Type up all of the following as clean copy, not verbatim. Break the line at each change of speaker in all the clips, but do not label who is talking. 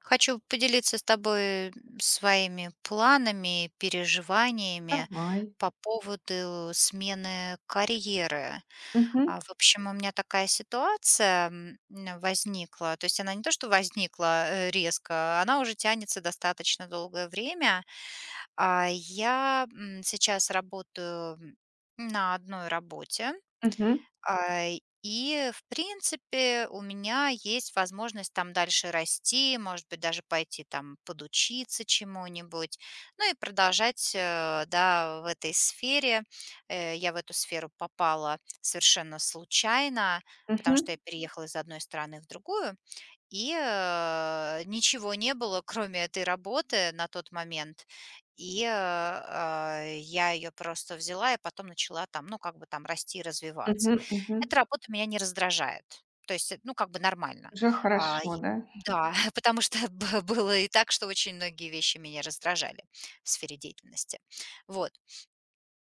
Хочу поделиться с тобой своими планами, переживаниями
Давай.
по поводу смены карьеры.
Мгм,
В общем, у меня такая ситуация возникла. То есть она не то, что возникла резко, она уже тянется достаточно долгое время. А я сейчас работаю на одной работе,
мгм,
а, и, в принципе, у меня есть возможность там дальше расти, может быть, даже пойти там подучиться чему-нибудь, ну и продолжать, да, в этой сфере. Я в эту сферу попала совершенно случайно, потому
мгм,
что я переехала из одной страны в другую. Ничего не было, кроме этой работы на тот момент. Я ее просто взяла и потом начала там, ну, как бы там расти и развиваться.
мгм, мгм.
Эта работа меня не раздражает. То есть, ну, как бы нормально.
Уже
А, и
хорошо, да?
да, потому что б было и так, что очень многие вещи меня раздражали в сфере деятельности. Вот.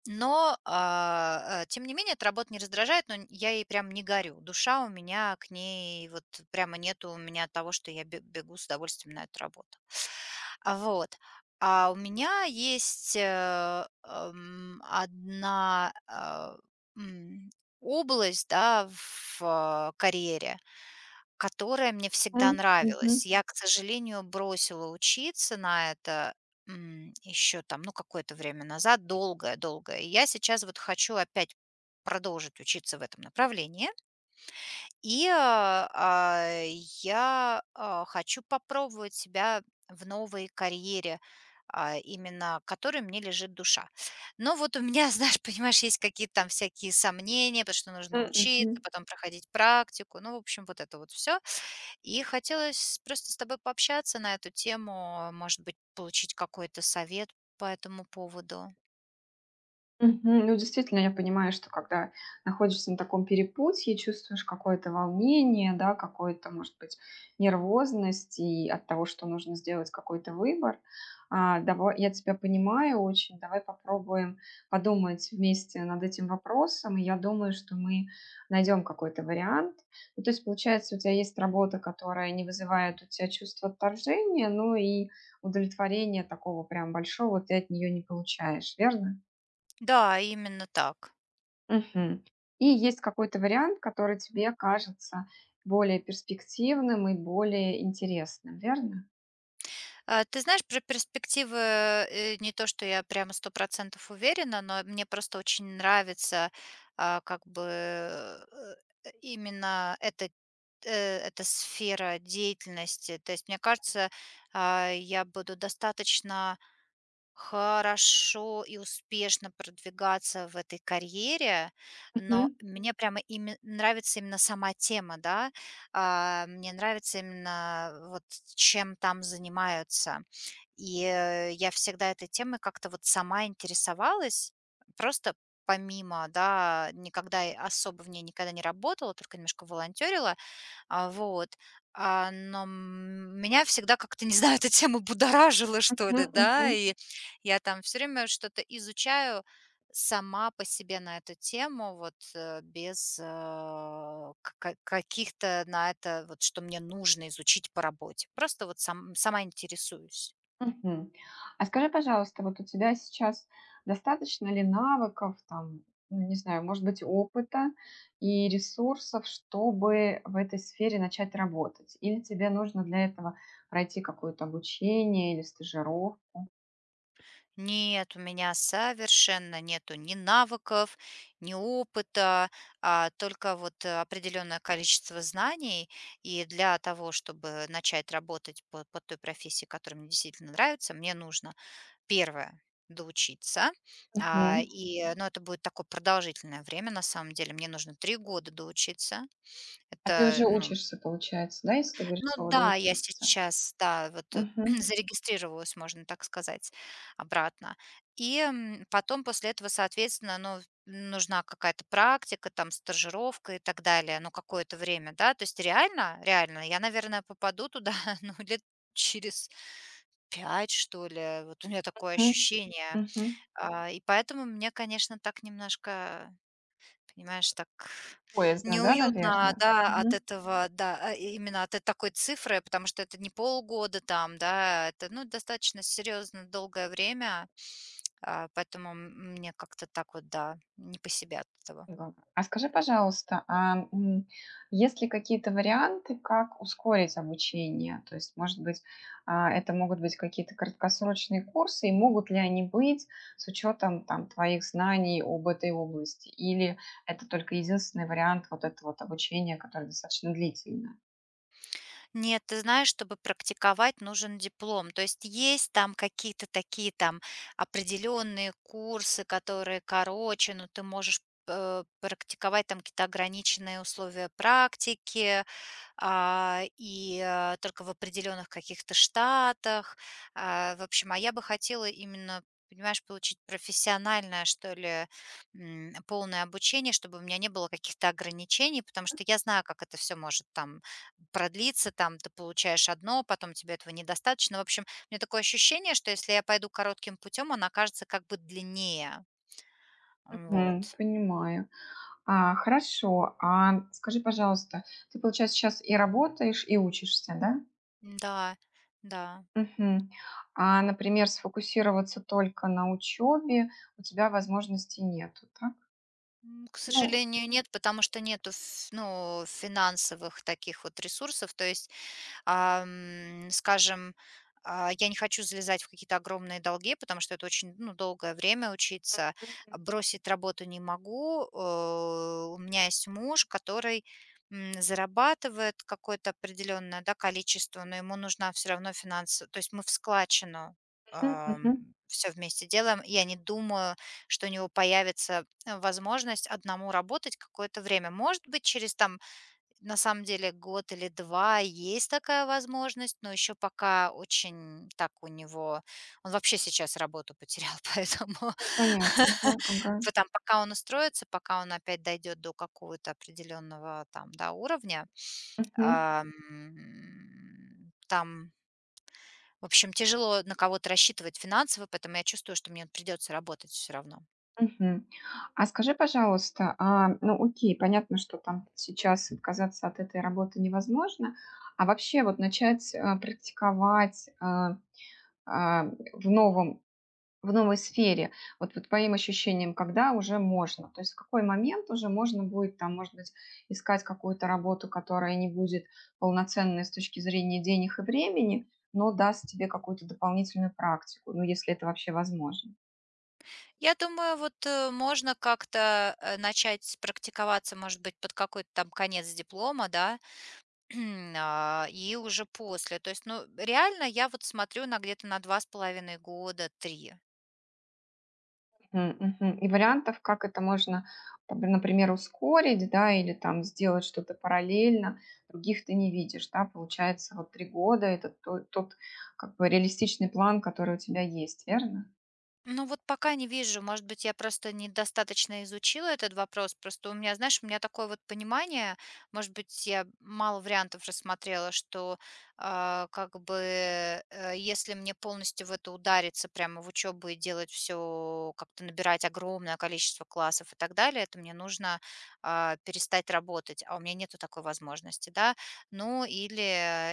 Но тем не менее, эта работа не раздражает, но н я ей прям не горю. Душа у меня к ней вот прямо нету у меня того, что я бе бегу с удовольствием на эту работу. Вот. А у меня есть, одна, м, область, да, в карьере, которая мне всегда
М, мгм,
нравилась. Я, к сожалению, бросила учиться на это еще там, ну, какое-то время назад, долгое-долгое. И я сейчас вот хочу опять продолжить учиться в этом направлении. И, а, а, я, хочу попробовать себя в новой карьере, именно которой мне лежит душа. Но вот у меня, знаешь, понимаешь, есть какие-то там всякие сомнения, потому что нужно
м,
учиться,
мгм.
потом проходить практику. Ну, в общем, вот это вот все. И хотелось просто с тобой пообщаться на эту тему, может быть, получить какой-то совет по этому поводу.
Мгм. Ну, действительно, я понимаю, что когда находишься на таком перепутье, чувствуешь какое-то волнение, да, какое-то, может быть, нервозность и от того, что нужно сделать какой-то выбор. Давай, я тебя понимаю очень. Давай попробуем подумать вместе над этим вопросом. И я думаю, что мы найдем какой-то вариант. Ну, то есть, получается, у тебя есть работа, которая не вызывает у тебя чувство отторжения, но и удовлетворения такого прям большого ты от нее не получаешь, верно?
Да, именно так.
Мгм. И есть какой-то вариант, который тебе кажется более перспективным и более интересным, верно?
Ты знаешь, про перспективы не то, что я прямо 100% уверена, но мне просто очень нравится а, как бы э, именно эта эта сфера деятельности. То есть, мне кажется, я буду достаточно хорошо и успешно продвигаться в этой карьере, но
Мгм.
мне прямо име нравится именно сама тема, да. Мне нравится именно вот чем там занимаются. Я всегда этой темой как-то вот сама интересовалась, просто помимо, да, никогда и особо в ней никогда не работала, только немножко волонтерила. Вот. Но меня всегда как-то, не знаю, эта тема будоражила, что ли,
Мгм.
да,
Мгм.
и я там все время что-то изучаю сама по себе на эту тему, вот, без, ка каких-то на это, вот, что мне нужно изучить по работе. Просто вот сама интересуюсь.
Мгм. А скажи, пожалуйста, вот у тебя сейчас достаточно ли навыков, там, ну, не знаю, может быть, опыта и ресурсов, чтобы в этой сфере начать работать? Или тебе нужно для этого пройти какое-то обучение или стажировку?
Нет, у меня совершенно нету ни навыков, ни опыта, а только вот определенное количество знаний. И для того, чтобы начать работать по той профессии, которая мне действительно нравится, мне нужно первое доучиться.
Мгм.
Ну, это будет такое продолжительное время, на самом деле. Мне нужно 3 года доучиться.
А ты
Это,
уже
ну,
учишься, получается, да, если ты говоришь
ну
слово
да, я
доучиться?
сейчас, да, вот,
Мгм.
зарегистрировалась, можно так сказать, обратно. Потом после этого, соответственно, ну, нужна какая-то практика, там, стажировка и так далее, ну, какое-то время, да. То есть реально, реально, я, наверное, попаду туда, ну, лет через 5 что ли. Вот у меня такое
Мгм.
ощущение.
Мгм.
И поэтому мне, конечно, так немножко понимаешь, так
Поездно, да,
неуютно,
наверное.
да, от
Мгм.
этого, да, и именно от такой цифры, потому что это не полгода там, да, это, ну, достаточно серьезно долгое время, поэтому мне как-то так вот, да, не по себе от этого.
Здорово. А скажи, пожалуйста, есть ли какие-то варианты, как ускорить обучение? То есть, может быть, это могут быть какие-то краткосрочные курсы, и могут ли они быть с учетом там твоих знаний об этой области? Или это только единственный вариант вот этого вот обучения, которое достаточно длительное?
Нет, ты знаешь, чтобы практиковать, нужен диплом. То есть есть там какие-то такие там определенные курсы, которые короче, но ты можешь, практиковать там какие-то ограниченные условия практики. Только в определенных каких-то штатах. В общем, я бы хотела именно, понимаешь, получить профессиональное, что ли, полное обучение, чтобы у меня не было каких-то ограничений, потому что я знаю, как это все может там продлиться, там ты получаешь одно, потом тебе этого недостаточно. В общем, у меня такое ощущение, что если я пойду коротким путем, он окажется как бы длиннее.
Мгм.
Вот.
Понимаю. А, хорошо. А скажи, пожалуйста, ты, получается, сейчас и работаешь, и учишься, да?
Да, да.
Мгм. А, например, сфокусироваться только на учебе у тебя возможности нету, так?
К
Ну,
сожалению, нет, потому что нету ну, финансовых таких вот ресурсов. То есть скажем, я не хочу залезать в какие-то огромные долги, потому что это очень, ну, долгое время учиться. Бросить работу не могу. У меня есть муж, который зарабатывает какое-то определенное да, количество, но ему нужна все равно финансовая... То есть мы в складчину
мгм, мгм.
все вместе делаем. Я не думаю, что у него появится возможность одному работать какое-то время. Может быть, через там на самом деле год или 2 есть такая возможность, но еще пока очень так у него он вообще сейчас работу потерял, поэтому
Ну, понятно. Ага, ага.
п там пока он устроится, пока он опять дойдет до какого-то определенного там, да, уровня,
Мгм,
ам, там, в общем, тяжело на кого-то рассчитывать финансово, поэтому я чувствую, что мне придется работать все равно.
мгм. А скажи, пожалуйста, ну, окей, понятно, что там сейчас отказаться от этой работы невозможно. А вообще вот начать, практиковать, а, в новом в новой сфере, вот по твоим ощущениям, когда уже можно? То есть в какой момент уже можно будет там, может быть, искать какую-то работу, которая не будет полноценной с точки зрения денег и времени, но даст тебе какую-то дополнительную практику, ну, если это вообще возможно.
Я думаю, вот, можно как-то, начать практиковаться, может быть, под какой-то там конец диплома, да, и уже после. То есть, ну, реально я вот смотрю на где-то на 2,5 года, 3.
Мгм, мгм. И вариантов, как это можно, там, например, ускорить, да, или там сделать что-то параллельно, других ты не видишь, да, получается, вот 3 года это тот, как бы реалистичный план, который у тебя есть, верно?
Ну вот пока не вижу, может быть, я просто недостаточно изучила этот вопрос. Просто у меня, знаешь, у меня такое вот понимание, может быть, я мало вариантов рассмотрела, что если мне полностью в это удариться прямо в учебу и делать все, как-то набирать огромное количество классов и так далее, то мне нужно перестать работать, а у меня нету такой возможности, да. Ну или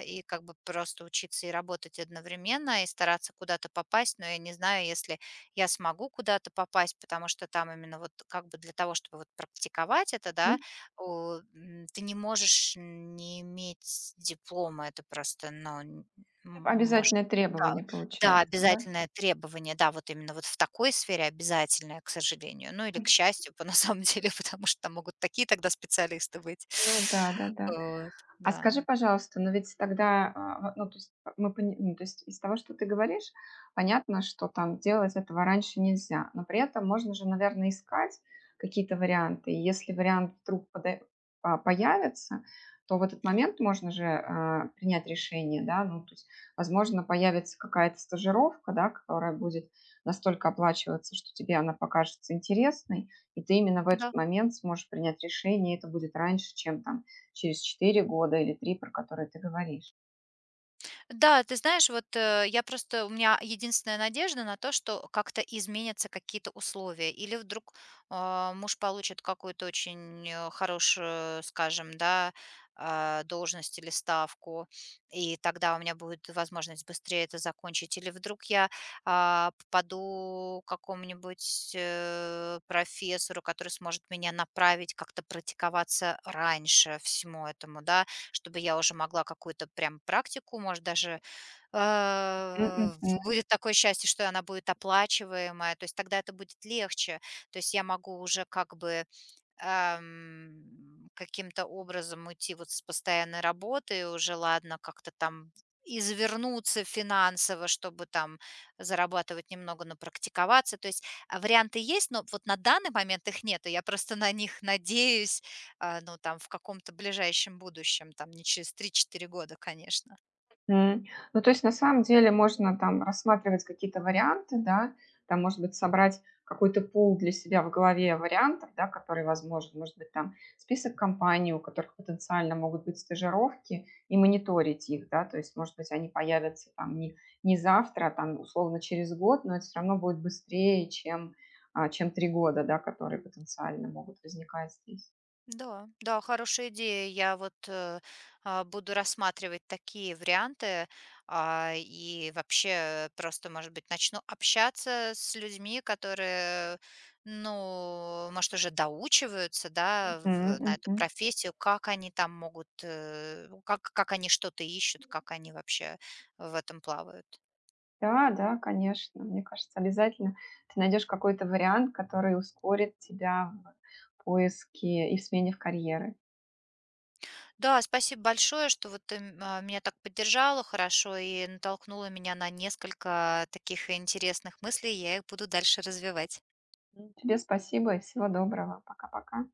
и как бы просто учиться и работать одновременно и стараться куда-то попасть, но я не знаю, если я смогу куда-то попасть, потому что там именно вот как бы для того, чтобы вот практиковать это, да, ты не можешь не иметь диплома, это просто, ну, м, может,
Обязательное
да,
требование
да,
получается, да?
обязательное требование, да, вот именно вот в такой сфере обязательное, к сожалению, ну или к счастью, по на самом деле, потому что там могут такие тогда специалисты быть.
Ну да, да-да.
Вот,
А
да.
скажи, пожалуйста, но ведь тогда, а, во ну, то есть п мы пони ну, то есть из того, что ты говоришь, понятно, что там делать этого раньше нельзя, но при этом можно же, наверное, искать какие-то варианты. И если вариант вдруг пода появится, то в этот
Мгм.
момент можно же, принять решение, да. Ну, то есть, возможно, появится какая-то стажировка, да, которая будет настолько оплачиваться, что тебе она покажется интересной, и ты именно в этот
Да,
момент сможешь принять решение, и это будет раньше, чем там через 4 года или 3, про которые ты говоришь.
да, ты знаешь, вот я просто, у меня единственная надежда на то, что как-то изменятся какие-то условия, или вдруг муж получит какую-то очень хорошую, скажем, да, должность или ставку, и тогда у меня будет возможность быстрее это закончить, или вдруг я попаду к какому-нибудь профессору, который сможет меня направить, как-то практиковаться раньше всему этому, да, чтобы я уже могла какую-то прям практику, может, даже
Мгм,
будет такое счастье, что она будет оплачиваемая, то есть тогда это будет легче, то есть я могу уже как бы каким-то образом уйти вот с постоянной работы и уже, ладно, как-то там извернуться финансово, чтобы там зарабатывать немного, но практиковаться. То есть варианты есть, но вот на данный момент их нету. Я просто на них надеюсь, ну, там, в каком-то ближайшем будущем, там, не через 3-4 года, конечно.
мгм. Ну, то есть на самом деле можно там рассматривать какие-то варианты, да, там, может быть, собрать какой-то пул для себя в голове вариантов, да, которые возможны, может быть, там список компаний, у которых потенциально могут быть стажировки, и мониторить их, да, то есть, может быть, они появятся не завтра, а там, условно, через 1 год, но это все равно будет быстрее, чем, чем 3 года, да, которые потенциально могут возникать здесь.
Да, да, хорошая идея. Я вот буду рассматривать такие варианты, и вообще просто, может быть, начну общаться с людьми, которые, ну, может, уже доучиваются, да,
Мгм,
на эту
мгм.
профессию, как они там могут, как они что-то ищут, как они вообще в этом плавают.
Да, да, конечно. Мне кажется, обязательно ты найдешь какой-то вариант, который ускорит тебя в поиске и в смене в карьеры.
Да, спасибо большое, что вот ты, меня так поддержала хорошо и натолкнула меня на несколько таких интересных мыслей. Я их буду дальше развивать.
Мгм. Тебе спасибо и всего доброго. Пока-пока.